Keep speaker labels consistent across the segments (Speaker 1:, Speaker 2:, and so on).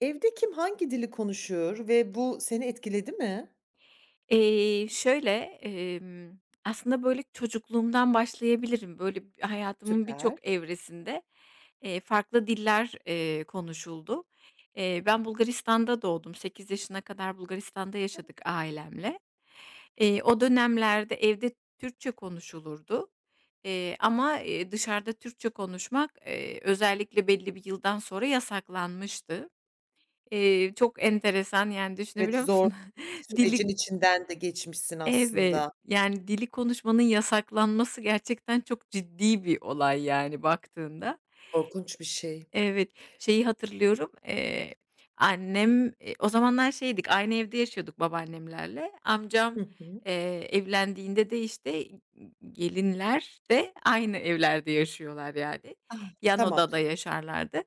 Speaker 1: Evde kim hangi dili konuşuyor ve bu seni etkiledi mi?
Speaker 2: Şöyle, emm, aslında, böyle, çocukluğumdan başlayabilirim. Böyle, hayatımın
Speaker 1: Süper.
Speaker 2: birçok evresinde, farklı diller, konuşuldu. Ben Bulgaristan'da doğdum. 8 yaşına kadar Bulgaristan'da yaşadık ailemle. O dönemlerde evde Türkçe konuşulurdu, ama, dışarıda Türkçe konuşmak, özellikle belli bir yıldan sonra yasaklanmıştı. Çok enteresan, yani, düşünebiliyor
Speaker 1: Evet, zor
Speaker 2: musun? Dili
Speaker 1: sürecin içinden de geçmişsin
Speaker 2: Evet,
Speaker 1: aslında.
Speaker 2: yani dili konuşmanın yasaklanması gerçekten çok ciddi bir olay, yani baktığında.
Speaker 1: Korkunç bir şey.
Speaker 2: Evet, şeyi hatırlıyorum, annem, o zamanlar şeydik, aynı evde yaşıyorduk babaannemlerle.
Speaker 1: Hı
Speaker 2: Amcam,
Speaker 1: hı.
Speaker 2: evlendiğinde de, işte, gelinler de aynı evlerde yaşıyorlar yani.
Speaker 1: Ah,
Speaker 2: Yan
Speaker 1: tamam.
Speaker 2: odada yaşarlardı.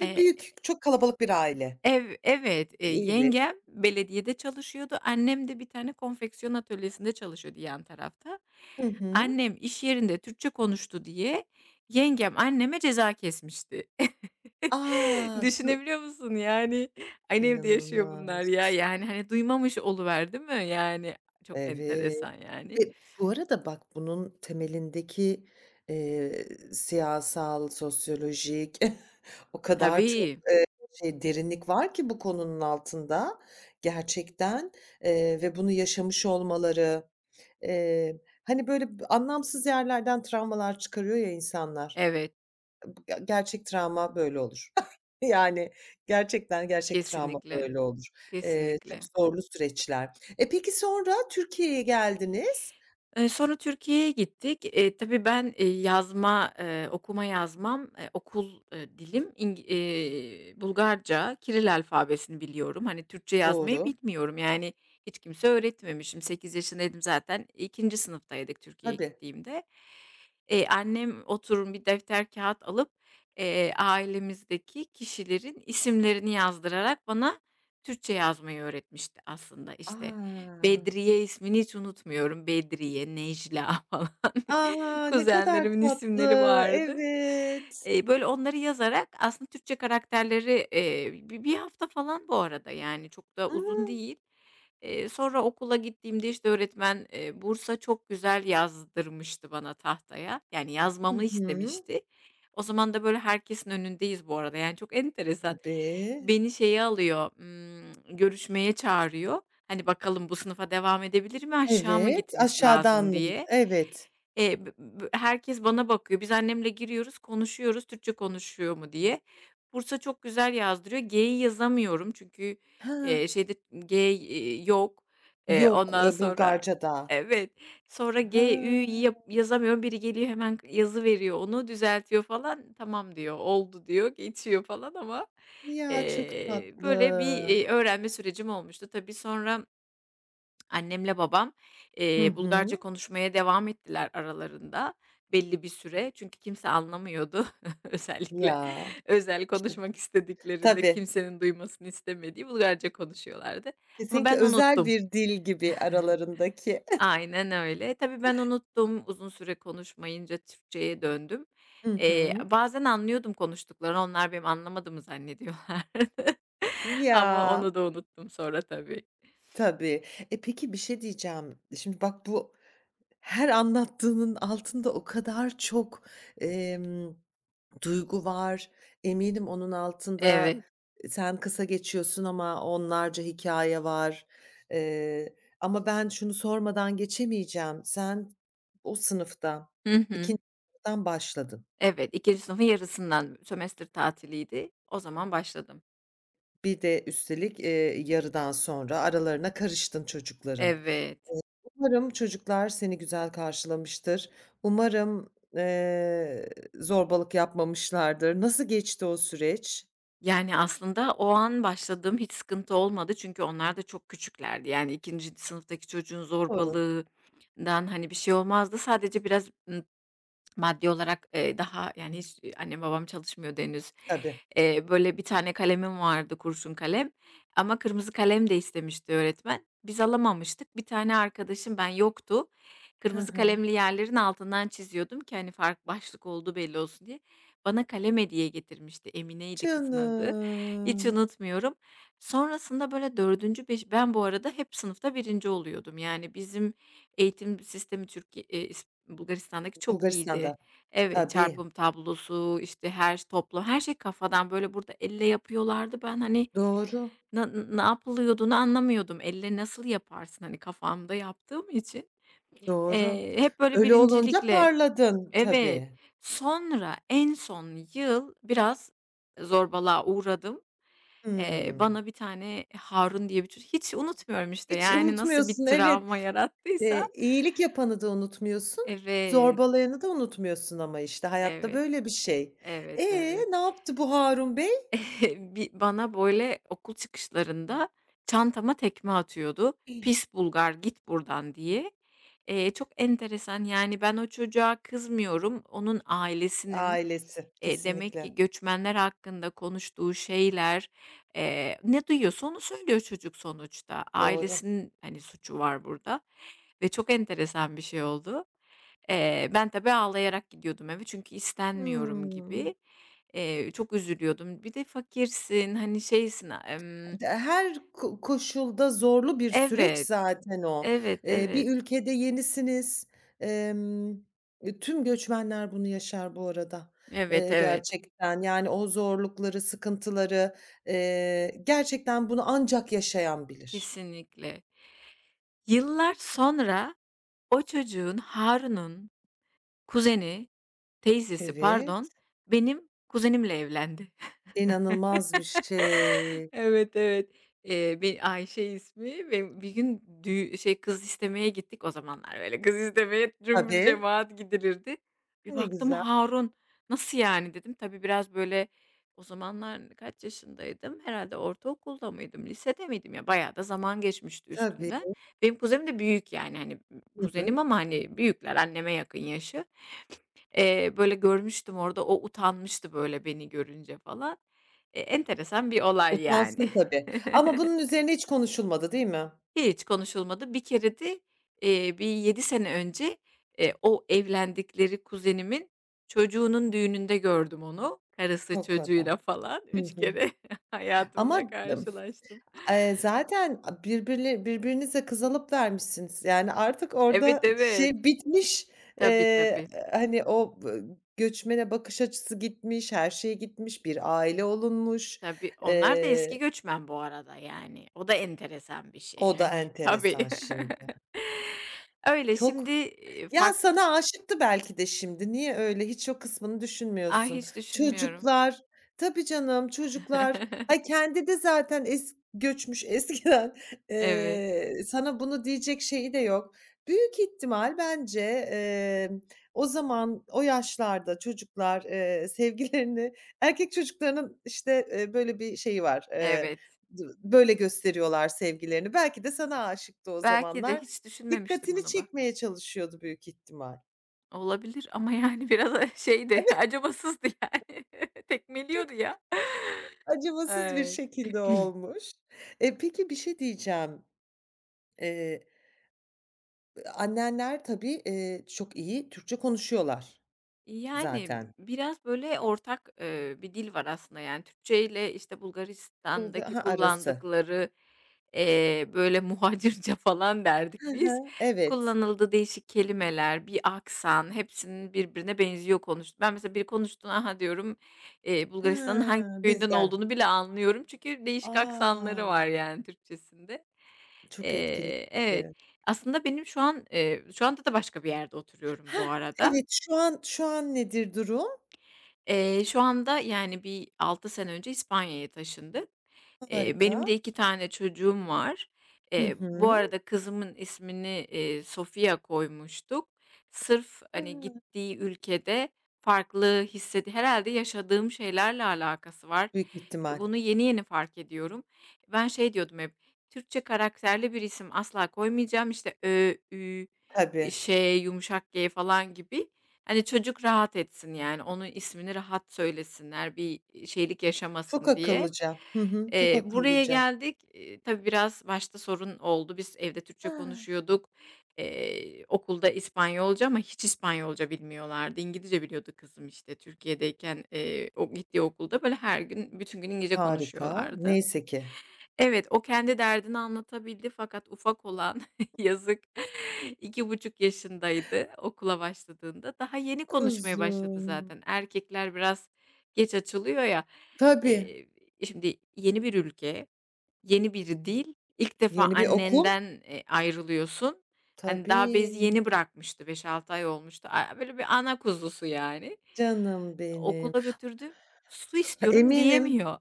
Speaker 1: Büyük, çok kalabalık bir aile.
Speaker 2: Evet,
Speaker 1: Evet.
Speaker 2: yengem belediyede çalışıyordu. Annem de bir tane konfeksiyon atölyesinde çalışıyordu yan tarafta.
Speaker 1: Hı hı.
Speaker 2: Annem iş yerinde Türkçe konuştu diye yengem anneme ceza kesmişti.
Speaker 1: A! Du
Speaker 2: Düşünebiliyor musun? Yani aynı evde yaşıyor bunlar
Speaker 1: inanılmaz.
Speaker 2: ya. Yani, hani, duymamış oluver, değil mi? Yani, çok
Speaker 1: Evet.
Speaker 2: enteresan yani.
Speaker 1: Ve bu arada bak bunun temelindeki, eee, siyasal, sosyolojik o kadar çok,
Speaker 2: Tabii.
Speaker 1: derinlik var ki bu konunun altında gerçekten, ve bunu yaşamış olmaları, hani, böyle anlamsız yerlerden travmalar çıkarıyor ya insanlar.
Speaker 2: Evet,
Speaker 1: Gerçek travma böyle olur. Yani gerçekten gerçek travma
Speaker 2: kesinlikle,
Speaker 1: böyle olur. Çok
Speaker 2: kesinlikle.
Speaker 1: zorlu süreçler. Peki sonra Türkiye'ye geldiniz.
Speaker 2: Sonra Türkiye'ye gittik. Tabii ben, yazma, okuma yazmam, okul, dilim Bulgarca, Kiril alfabesini biliyorum. Hani, Türkçe yazmayı
Speaker 1: Doğru.
Speaker 2: bilmiyorum. Yani, hiç kimse öğretmemişim. Şimdi 8 yaşındaydım zaten. İkinci sınıftaydık Türkiye'ye
Speaker 1: Tabii.
Speaker 2: gittiğimde. Annem oturun bir defter kâğıt alıp, ailemizdeki kişilerin isimlerini yazdırarak bana Türkçe yazmayı öğretmişti aslında. İşte,
Speaker 1: A!
Speaker 2: Bedriye ismini hiç unutmuyorum. Bedriye, Necla falan
Speaker 1: A! Ne kadar
Speaker 2: kuzenlerimin
Speaker 1: tatlı.
Speaker 2: isimleri vardı.
Speaker 1: Evet.
Speaker 2: Böyle onları yazarak aslında Türkçe karakterleri, bir hafta falan bu arada, yani, çok da
Speaker 1: A!
Speaker 2: uzun değil. Sonra okula gittiğimde, işte, öğretmen, "Bursa çok güzel." yazdırmıştı bana tahtaya. Yani
Speaker 1: Hı
Speaker 2: yazmamı
Speaker 1: hı.
Speaker 2: istemişti. O zaman da böyle herkesin önündeyiz bu arada, yani, çok enteresan.
Speaker 1: Tabii.
Speaker 2: Beni şeye alıyor, görüşmeye çağırıyor. Hani, bakalım bu sınıfa devam edebilir mi, aşağı mı
Speaker 1: Evet.
Speaker 2: gitmesi
Speaker 1: Aşağıdan
Speaker 2: lazım
Speaker 1: mı git
Speaker 2: diye.
Speaker 1: Evet.
Speaker 2: Bı bı Herkes bana bakıyor. Biz annemle giriyoruz, konuşuyoruz, Türkçe konuşuyor mu diye. Bursa çok güzel yazdırıyor. G'yi yazamıyorum çünkü,
Speaker 1: Ha!
Speaker 2: şeyde G, yok.
Speaker 1: Yok,
Speaker 2: Ondan sonra
Speaker 1: Bulgarca'da.
Speaker 2: Evet. Sonra G, Ü'yü
Speaker 1: Ha!
Speaker 2: yazamıyorum. Biri geliyor hemen yazıveriyor onu, düzeltiyor falan. "Tamam." diyor, "Oldu." diyor, geçiyor falan ama,
Speaker 1: Ya, çok
Speaker 2: böyle bir,
Speaker 1: tatlı.
Speaker 2: öğrenme sürecim olmuştu. Tabii sonra annemle babam,
Speaker 1: Hı
Speaker 2: Bulgarca
Speaker 1: hı.
Speaker 2: konuşmaya devam ettiler aralarında belli bir süre. Çünkü kimse anlamıyordu. Özellikle
Speaker 1: Ya.
Speaker 2: özel
Speaker 1: Ço
Speaker 2: konuşmak istediklerinde
Speaker 1: Tabii.
Speaker 2: kimsenin duymasını istemediği Bulgarca konuşuyorlardı ama
Speaker 1: Kesinlikle
Speaker 2: ben
Speaker 1: özel
Speaker 2: unuttum.
Speaker 1: bir dil gibi aralarındaki.
Speaker 2: Aynen öyle. Tabii ben unuttum, uzun süre konuşmayınca Türkçeye döndüm.
Speaker 1: Hı hı.
Speaker 2: Bazen anlıyordum konuştuklarını, onlar benim anlamadığımı zannediyorlardı ama
Speaker 1: Ya.
Speaker 2: onu da unuttum sonra tabii.
Speaker 1: Tabii. Peki bir şey diyeceğim. Şimdi bak bu Her anlattığının altında o kadar çok, emm, duygu var. Eminim onun altında,
Speaker 2: Evet.
Speaker 1: "E, sen kısa geçiyorsun ama onlarca hikaye var." Ama ben şunu sormadan geçemeyeceğim. Sen o sınıfta
Speaker 2: Hı hı.
Speaker 1: 2'nci sınıftan başladın.
Speaker 2: Evet, ikinci sınıfın yarısından sömestr tatiliydi. O zaman başladım.
Speaker 1: Bir de üstelik, yarıdan sonra aralarına karıştın çocukların.
Speaker 2: Evet.
Speaker 1: Evet, umarım çocuklar seni güzel karşılamıştır. Umarım, zorbalık yapmamışlardır. Nasıl geçti o süreç?
Speaker 2: Yani, aslında o an başladığım hiç sıkıntı olmadı çünkü onlar da çok küçüklerdi. Yani, ikinci sınıftaki çocuğun
Speaker 1: Doğru,
Speaker 2: zorbalığından, hani, bir şey olmazdı. Sadece biraz, maddi olarak, daha, yani, hiç annem babam çalışmıyordu henüz.
Speaker 1: tabii.
Speaker 2: Böyle, bir tane kalemim vardı, kurşun kalem ama kırmızı kalem de istemişti öğretmen. Biz alamamıştık. Bir tane arkadaşım, ben yoktu.
Speaker 1: Hı
Speaker 2: Kırmızı
Speaker 1: hı.
Speaker 2: kalemli yerlerin altından çiziyordum ki, hani, fark başlık olduğu belli olsun diye. Bana kalem hediye getirmişti. Emine'ydi kızın adı. Hiç
Speaker 1: Canım.
Speaker 2: unutmuyorum. Sonrasında, böyle, dördüncü beş ben bu arada hep sınıfta birinci oluyordum. Yani, bizim eğitim sistemi Türkiye is Bulgaristan'daki çok
Speaker 1: Bulgaristan'da.
Speaker 2: iyiydi. Evet,
Speaker 1: Tabii.
Speaker 2: çarpım tablosu, işte, her ş topla her şey kafadan, böyle, burada elle yapıyorlardı. Ben, hani,
Speaker 1: Doğru,
Speaker 2: ne yapılıyordunu anlamıyordum. Elle nasıl yaparsın, hani, kafamda yaptığım için,
Speaker 1: doğru.
Speaker 2: hep böyle
Speaker 1: Öyle olunca
Speaker 2: birincilikle
Speaker 1: parladın
Speaker 2: Evet.
Speaker 1: tabii.
Speaker 2: Sonra en son yıl biraz zorbalığa uğradım.
Speaker 1: Hımm.
Speaker 2: Bana bir tane Harun diye bir çocuk. Hiç unutmuyorum, işte,
Speaker 1: Hiç
Speaker 2: yani, nasıl bir
Speaker 1: unutmuyorsun, evet.
Speaker 2: travma yarattıysa
Speaker 1: İyilik yapanı da unutmuyorsun,
Speaker 2: Evet.
Speaker 1: zorbalayanı da unutmuyorsun ama işte hayatta
Speaker 2: Evet,
Speaker 1: böyle bir şey.
Speaker 2: evet,
Speaker 1: E,
Speaker 2: evet.
Speaker 1: Ne yaptı bu Harun Bey?
Speaker 2: Bana, böyle, okul çıkışlarında çantama tekme atıyordu. "Pis Bulgar, git buradan." diye. Çok enteresan, yani, ben o çocuğa kızmıyorum. Onun ailesinin,
Speaker 1: Ailesi,
Speaker 2: demek
Speaker 1: kesinlikle,
Speaker 2: ki göçmenler hakkında konuştuğu şeyler, ne duyuyorsa onu söylüyor çocuk sonuçta.
Speaker 1: doğru.
Speaker 2: Ailesinin, hani, suçu var burada ve çok enteresan bir şey oldu. Ben tabii ağlayarak gidiyordum eve çünkü istenmiyorum
Speaker 1: Hımm.
Speaker 2: gibi. Çok üzülüyordum. Bir de fakirsin, hani, şeysin,
Speaker 1: Her koşulda zorlu bir süreç
Speaker 2: Evet,
Speaker 1: zaten o.
Speaker 2: evet, evet.
Speaker 1: Bir ülkede yenisiniz. Emm, tüm göçmenler bunu yaşar bu arada,
Speaker 2: Evet, evet.
Speaker 1: gerçekten. Yani o zorlukları, sıkıntıları, gerçekten bunu ancak yaşayan bilir.
Speaker 2: Kesinlikle. Yıllar sonra o çocuğun, Harun'un kuzeni, teyzesi
Speaker 1: Evet,
Speaker 2: pardon, benim kuzenimle evlendi.
Speaker 1: inanılmaz bir şey.
Speaker 2: Evet, evet. Ayşe ismi ve bir gün şey, kız istemeye gittik. O zamanlar böyle kız istemeye cümbür
Speaker 1: Tabii,
Speaker 2: cemaat gidilirdi. Bir
Speaker 1: ne
Speaker 2: baktım
Speaker 1: güzel.
Speaker 2: Harun. "Nasıl yani?" dedim. Tabii biraz böyle o zamanlar kaç yaşındaydım? Herhalde ortaokulda mıydım, lisede miydim? Ya, bayağı da zaman geçmişti
Speaker 1: Tabii.
Speaker 2: üstünden. Benim kuzenim de büyük yani, hani,
Speaker 1: Hı
Speaker 2: kuzenim
Speaker 1: hı.
Speaker 2: ama, hani, büyükler, anneme yakın yaşı. Böyle, görmüştüm orada, o utanmıştı, böyle, beni görünce falan. E, enteresan bir olay yani.
Speaker 1: Utansın tabii. Ama bunun üzerine hiç konuşulmadı, değil mi?
Speaker 2: Hiç konuşulmadı. Bir kere de, bir 7 sene önce, o evlendikleri kuzenimin çocuğunun düğününde gördüm onu. Karısı
Speaker 1: O kadar.
Speaker 2: çocuğuyla falan
Speaker 1: Hı
Speaker 2: 3
Speaker 1: hı.
Speaker 2: kere hayatımda
Speaker 1: Ama, ımm,
Speaker 2: karşılaştım.
Speaker 1: zaten birbirinize kız alıp vermişsiniz. Yani, artık orada
Speaker 2: Evet, evet.
Speaker 1: bitmiş,
Speaker 2: Tabii,
Speaker 1: eee,
Speaker 2: tabii.
Speaker 1: hani, o göçmene bakış açısı gitmiş, her şey gitmiş, bir aile olunmuş.
Speaker 2: Tabii, onlar da eski
Speaker 1: Eee,
Speaker 2: göçmen bu arada, yani. O da enteresan bir şey,
Speaker 1: o da
Speaker 2: hani,
Speaker 1: enteresan
Speaker 2: tabii.
Speaker 1: şimdi.
Speaker 2: Öyle,
Speaker 1: Çok
Speaker 2: şimdi,
Speaker 1: Ya, sana aşıktı belki de şimdi. Niye öyle? Hiç o kısmını
Speaker 2: Ah,
Speaker 1: düşünmüyorsun.
Speaker 2: hiç düşünmüyorum.
Speaker 1: Çocuklar Tabii canım, çocuklar. Ay, kendi de zaten göçmüş eskiden.
Speaker 2: Evet,
Speaker 1: Sana bunu diyecek şeyi de yok. Büyük ihtimal bence, o zaman, o yaşlarda çocuklar, sevgilerini erkek çocuklarının, işte, böyle bir şeyi var,
Speaker 2: evet.
Speaker 1: böyle gösteriyorlar sevgilerini. Belki de sana aşıktı o
Speaker 2: Belki de
Speaker 1: zamanlar.
Speaker 2: hiç düşünmemiştim
Speaker 1: Dikkatini
Speaker 2: bunu bak.
Speaker 1: çekmeye çalışıyordu büyük ihtimal.
Speaker 2: Olabilir ama, yani, biraz
Speaker 1: Hani
Speaker 2: şeydi, acımasızdı, yani.
Speaker 1: çok
Speaker 2: Tekmeliyordu ya.
Speaker 1: acımasız bir
Speaker 2: Evet.
Speaker 1: şekilde olmuş. E peki bir şey diyeceğim. Eee, annenler tabii, çok iyi Türkçe konuşuyorlar
Speaker 2: Yani,
Speaker 1: zaten.
Speaker 2: biraz böyle ortak, bir dil var aslında, yani, Türkçe ile, işte,
Speaker 1: Bulga
Speaker 2: Bulgaristan'daki
Speaker 1: ha, arası.
Speaker 2: kullandıkları, böyle muhacirce falan derdik
Speaker 1: Hı
Speaker 2: biz.
Speaker 1: hı, evet.
Speaker 2: Kullanıldı değişik kelimeler, bir aksan, hepsinin birbirine benziyor konuştu. Ben mesela biri konuştuğunda, "Aha!" diyorum,
Speaker 1: He,
Speaker 2: Bulgaristan'ın hangi köyünden
Speaker 1: bizden.
Speaker 2: olduğunu bile anlıyorum çünkü değişik aksanları var,
Speaker 1: A!
Speaker 2: yani, Türkçesinde.
Speaker 1: Çok etkileyici.
Speaker 2: Evet, aslında benim şu an, şu anda da başka bir yerde oturuyorum bu
Speaker 1: Hah,
Speaker 2: arada.
Speaker 1: evet, şu an nedir durum?
Speaker 2: Şu anda, yani, bir 6 sene önce İspanya'ya taşındık.
Speaker 1: Harika.
Speaker 2: Benim de 2 tane çocuğum var.
Speaker 1: Hı
Speaker 2: Bu
Speaker 1: hı.
Speaker 2: arada kızımın ismini, Sofia koymuştuk. Sırf, hani,
Speaker 1: Hıı.
Speaker 2: gittiği ülkede farklı hissedi Herhalde yaşadığım şeylerle alakası var.
Speaker 1: Büyük ihtimal.
Speaker 2: Bunu yeni yeni fark ediyorum. Ben şey diyordum hep, Türkçe karakterli bir isim asla koymayacağım, işte, Ö, Ü,
Speaker 1: Tabii.
Speaker 2: eee, yumuşak G falan gibi. Hani, çocuk rahat etsin, yani, onun ismini rahat söylesinler, bir, şeylik
Speaker 1: Çok
Speaker 2: yaşamasın diye.
Speaker 1: akıllıca. Hı hı, çok
Speaker 2: Buraya
Speaker 1: akıllıca.
Speaker 2: geldik. Tabii biraz başta sorun oldu. Biz evde Türkçe
Speaker 1: Ah.
Speaker 2: konuşuyorduk. Okulda İspanyolca ama hiç İspanyolca bilmiyorlardı. İngilizce biliyordu kızım, işte, Türkiye'deyken, o gittiği okulda, böyle, her gün bütün gün İngilizce
Speaker 1: Harika.
Speaker 2: konuşuyorlardı.
Speaker 1: Neyse ki.
Speaker 2: Evet, o kendi derdini anlatabildi fakat ufak olan yazık iki buçuk yaşındaydı okula başladığında. Daha yeni konuşmaya başladı
Speaker 1: Kuzum.
Speaker 2: zaten. Erkekler biraz geç açılıyor ya.
Speaker 1: Tabii,
Speaker 2: Eee, Şimdi yeni bir ülke, yeni bir dil, ilk defa
Speaker 1: yeni bir okul.
Speaker 2: annenden, ayrılıyorsun. Hani, daha bezi
Speaker 1: Tabii,
Speaker 2: yeni bırakmıştı, beş altı ay olmuştu. A böyle bir ana kuzusu yani.
Speaker 1: canım benim.
Speaker 2: Okula götürdüm, su istiyorum
Speaker 1: Eminim,
Speaker 2: diyemiyor.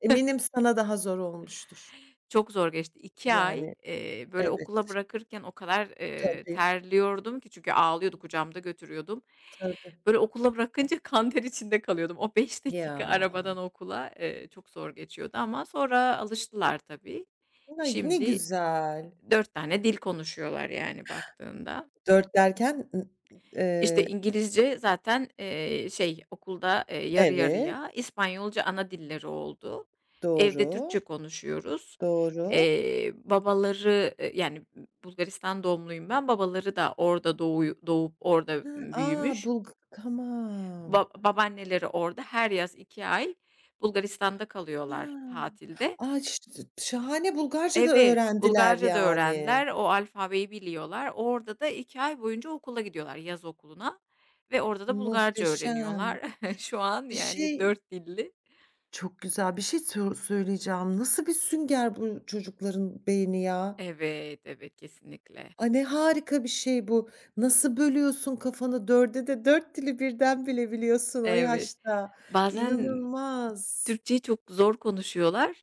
Speaker 1: eminim sana daha zor olmuştur.
Speaker 2: Çok zor geçti. İki ay,
Speaker 1: Yani,
Speaker 2: böyle,
Speaker 1: evet,
Speaker 2: okula bırakırken o kadar,
Speaker 1: tabii,
Speaker 2: terliyordum ki çünkü ağlıyordu, kucağımda götürüyordum.
Speaker 1: tabii.
Speaker 2: Böyle, okula bırakınca kan ter içinde kalıyordum. O 5
Speaker 1: Ya,
Speaker 2: dakika arabadan okula, çok zor geçiyordu ama sonra alıştılar tabii.
Speaker 1: ne
Speaker 2: Şimdi
Speaker 1: güzel.
Speaker 2: 4 tane dil konuşuyorlar, yani, baktığında.
Speaker 1: 4 derken,
Speaker 2: İşte,
Speaker 1: eee,
Speaker 2: İngilizce zaten, şey, okulda, yarı
Speaker 1: evet,
Speaker 2: yarıya, İspanyolca ana dilleri oldu. Evde
Speaker 1: doğru,
Speaker 2: Türkçe konuşuyoruz.
Speaker 1: doğru.
Speaker 2: Babaları, yani, Bulgaristan doğumluyum ben, babaları da orada doğup orada
Speaker 1: Hıı,
Speaker 2: büyümüş.
Speaker 1: Bulg tamam.
Speaker 2: Babaanneleri orada. Her yaz 2 ay Bulgaristan'da kalıyorlar
Speaker 1: A!
Speaker 2: tatilde.
Speaker 1: Ay, ş Şahane, Bulgarca da
Speaker 2: Evet,
Speaker 1: öğrendiler
Speaker 2: Bulgarca da
Speaker 1: yani.
Speaker 2: öğrendiler. O alfabeyi biliyorlar. Orada da 2 ay boyunca okula gidiyorlar, yaz okuluna ve orada da Bulgarca
Speaker 1: Muhteşem.
Speaker 2: öğreniyorlar. Şu an
Speaker 1: Bir
Speaker 2: yani
Speaker 1: şey
Speaker 2: dört dilli.
Speaker 1: Çok güzel. Bir şey söyleyeceğim. Nasıl bir sünger bu çocukların beyni ya?
Speaker 2: Evet, evet kesinlikle.
Speaker 1: A, ne harika bir şey bu. Nasıl bölüyorsun kafanı dörde de 4 dili birden bilebiliyorsun o
Speaker 2: Evet.
Speaker 1: yaşta.
Speaker 2: Bazen
Speaker 1: İnanılmaz.
Speaker 2: Türkçeyi çok zor konuşuyorlar.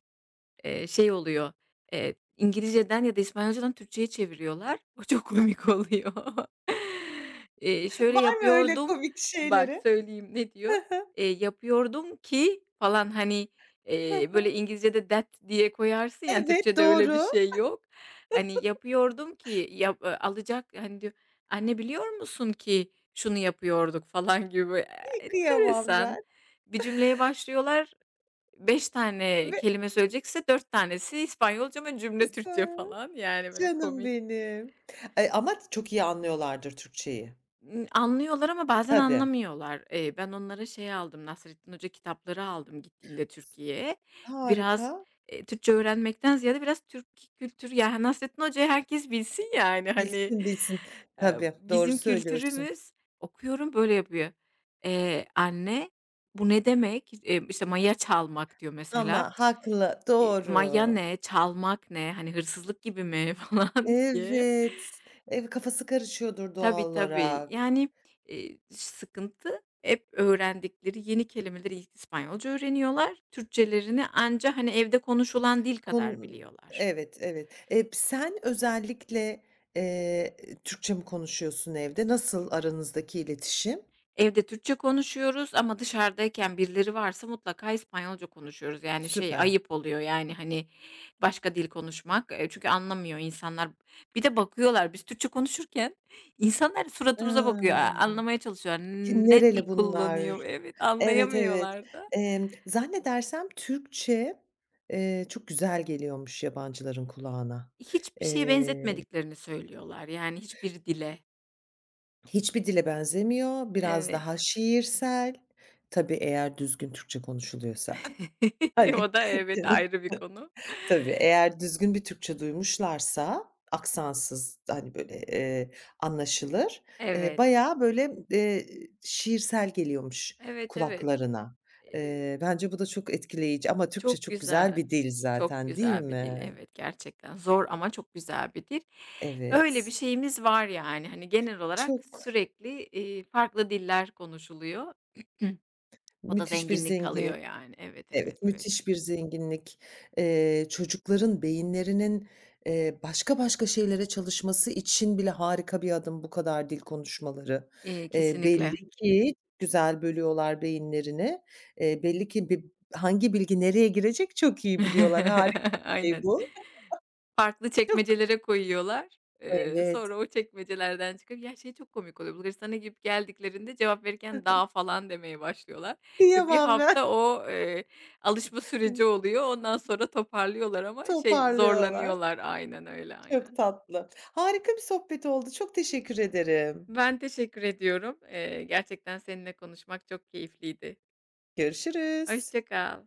Speaker 2: Şey oluyor, İngilizceden ya da İspanyolcadan Türkçeye çeviriyorlar. O çok komik oluyor. Şöyle
Speaker 1: Var mı öyle
Speaker 2: yapıyordum,
Speaker 1: komik
Speaker 2: bak
Speaker 1: şeyleri?
Speaker 2: söyleyeyim ne
Speaker 1: Hı
Speaker 2: diyor?
Speaker 1: hı.
Speaker 2: Yapıyordum ki falan hani,
Speaker 1: Hı
Speaker 2: böyle
Speaker 1: hı.
Speaker 2: İngilizcede that diye koyarsın ya,
Speaker 1: Evet,
Speaker 2: Türkçede öyle bir
Speaker 1: doğru.
Speaker 2: şey yok. Hani yapıyordum ki alacak hani diyor, "Anne biliyor musun ki şunu yapıyorduk?" falan gibi.
Speaker 1: İii, kıyamam
Speaker 2: Enteresan.
Speaker 1: ben.
Speaker 2: Bir cümleye başlıyorlar, beş tane
Speaker 1: Ve
Speaker 2: kelime söyleyecekse 4 tanesi İspanyolca ama cümle Türkçe falan. Yani, böyle
Speaker 1: canım
Speaker 2: komik.
Speaker 1: benim. Ama çok iyi anlıyorlardır Türkçeyi.
Speaker 2: Anlıyorlar ama bazen
Speaker 1: Tabii.
Speaker 2: anlamıyorlar. Ben onlara şey aldım, Nasrettin Hoca kitapları aldım gittiğimde Türkiye'ye.
Speaker 1: Harika.
Speaker 2: Biraz, Türkçe öğrenmekten ziyade biraz Türk kültürü. Yani Nasrettin Hoca'yı herkes bilsin yani, hani,
Speaker 1: Bilsin, bilsin. Tabii, doğru
Speaker 2: bizim
Speaker 1: söylüyorsun,
Speaker 2: kültürümüz. Okuyorum, böyle yapıyor. "Anne, bu ne demek?" İşte, "Maya çalmak." diyor
Speaker 1: ama
Speaker 2: mesela.
Speaker 1: haklı, doğru.
Speaker 2: Maya ne, çalmak ne, hani, hırsızlık gibi mi falan diye.
Speaker 1: Evet, kafası karışıyordur
Speaker 2: Tabii,
Speaker 1: doğal
Speaker 2: tabii.
Speaker 1: olarak.
Speaker 2: Yani, sıkıntı hep öğrendikleri yeni kelimeleri İspanyolca öğreniyorlar. Türkçelerini anca, hani, evde konuşulan dil kadar
Speaker 1: Kon
Speaker 2: biliyorlar.
Speaker 1: Evet, evet. Sen özellikle, eee, Türkçe mi konuşuyorsun evde? Nasıl aranızdaki iletişim?
Speaker 2: Evde Türkçe konuşuyoruz ama dışarıdayken birileri varsa mutlaka İspanyolca konuşuyoruz. Yani, şey,
Speaker 1: Süper.
Speaker 2: ayıp oluyor, yani, hani, başka dil konuşmak. Çünkü anlamıyor insanlar. Bir de bakıyorlar, biz Türkçe konuşurken insanlar suratımıza bakıyor,
Speaker 1: Aaa,
Speaker 2: anlamaya çalışıyorlar.
Speaker 1: ki
Speaker 2: Ne
Speaker 1: nereli
Speaker 2: dil
Speaker 1: bunlar?
Speaker 2: kullanıyor? Evet,
Speaker 1: Evet, evet.
Speaker 2: anlayamıyorlar da.
Speaker 1: Zannedersem Türkçe, çok güzel geliyormuş yabancıların kulağına.
Speaker 2: Hiçbir şeye
Speaker 1: Eee
Speaker 2: benzetmediklerini söylüyorlar, yani, hiçbir dile.
Speaker 1: Hiçbir dile benzemiyor, biraz
Speaker 2: Evet.
Speaker 1: daha şiirsel. Tabii eğer düzgün Türkçe konuşuluyorsa. Hani,
Speaker 2: O da evet, ayrı bir konu.
Speaker 1: tabii eğer düzgün bir Türkçe duymuşlarsa aksansız, hani, böyle, anlaşılır.
Speaker 2: Evet,
Speaker 1: Bayağı böyle, şiirsel geliyormuş
Speaker 2: evet, evet.
Speaker 1: kulaklarına.
Speaker 2: Eee
Speaker 1: Bence bu da çok etkileyici ama Türkçe
Speaker 2: Çok
Speaker 1: çok güzel
Speaker 2: güzel.
Speaker 1: bir dil
Speaker 2: Çok
Speaker 1: zaten, değil
Speaker 2: güzel bir dil.
Speaker 1: mi?
Speaker 2: Evet, gerçekten zor ama çok güzel bir dil. Öyle bir
Speaker 1: Evet.
Speaker 2: şeyimiz var yani. Hani genel
Speaker 1: Çok
Speaker 2: olarak sürekli, farklı diller konuşuluyor. O da
Speaker 1: müthiş bir
Speaker 2: zenginlik
Speaker 1: zengin.
Speaker 2: kalıyor yani. Evet, evet,
Speaker 1: Evet,
Speaker 2: evet.
Speaker 1: müthiş bir zenginlik. Çocukların beyinlerinin, başka başka şeylere çalışması için bile harika bir adım bu kadar dil konuşmaları.
Speaker 2: Kesinlikle.
Speaker 1: Belli ki güzel bölüyorlar beyinlerini. Belli ki hangi bilgi nereye girecek çok iyi biliyorlar. Harika bir şey
Speaker 2: Aynen.
Speaker 1: bu.
Speaker 2: Farklı
Speaker 1: Çok
Speaker 2: çekmecelere koyuyorlar.
Speaker 1: Evet,
Speaker 2: Sonra o çekmecelerden çıkıp ya, şey çok komik oluyor. Bulgaristan'a gidip geldiklerinde cevap verirken daha falan demeye başlıyorlar ve bir
Speaker 1: kıyamam ben.
Speaker 2: hafta o, alışma süreci oluyor. Ondan sonra toparlıyorlar ama şey,
Speaker 1: Toparlıyorlar.
Speaker 2: zorlanıyorlar. Aynen öyle,
Speaker 1: Çok
Speaker 2: aynen.
Speaker 1: tatlı. Harika bir sohbet oldu. Çok teşekkür ederim.
Speaker 2: Ben teşekkür ediyorum. Gerçekten seninle konuşmak çok keyifliydi.
Speaker 1: Görüşürüz.
Speaker 2: Hoşça kal.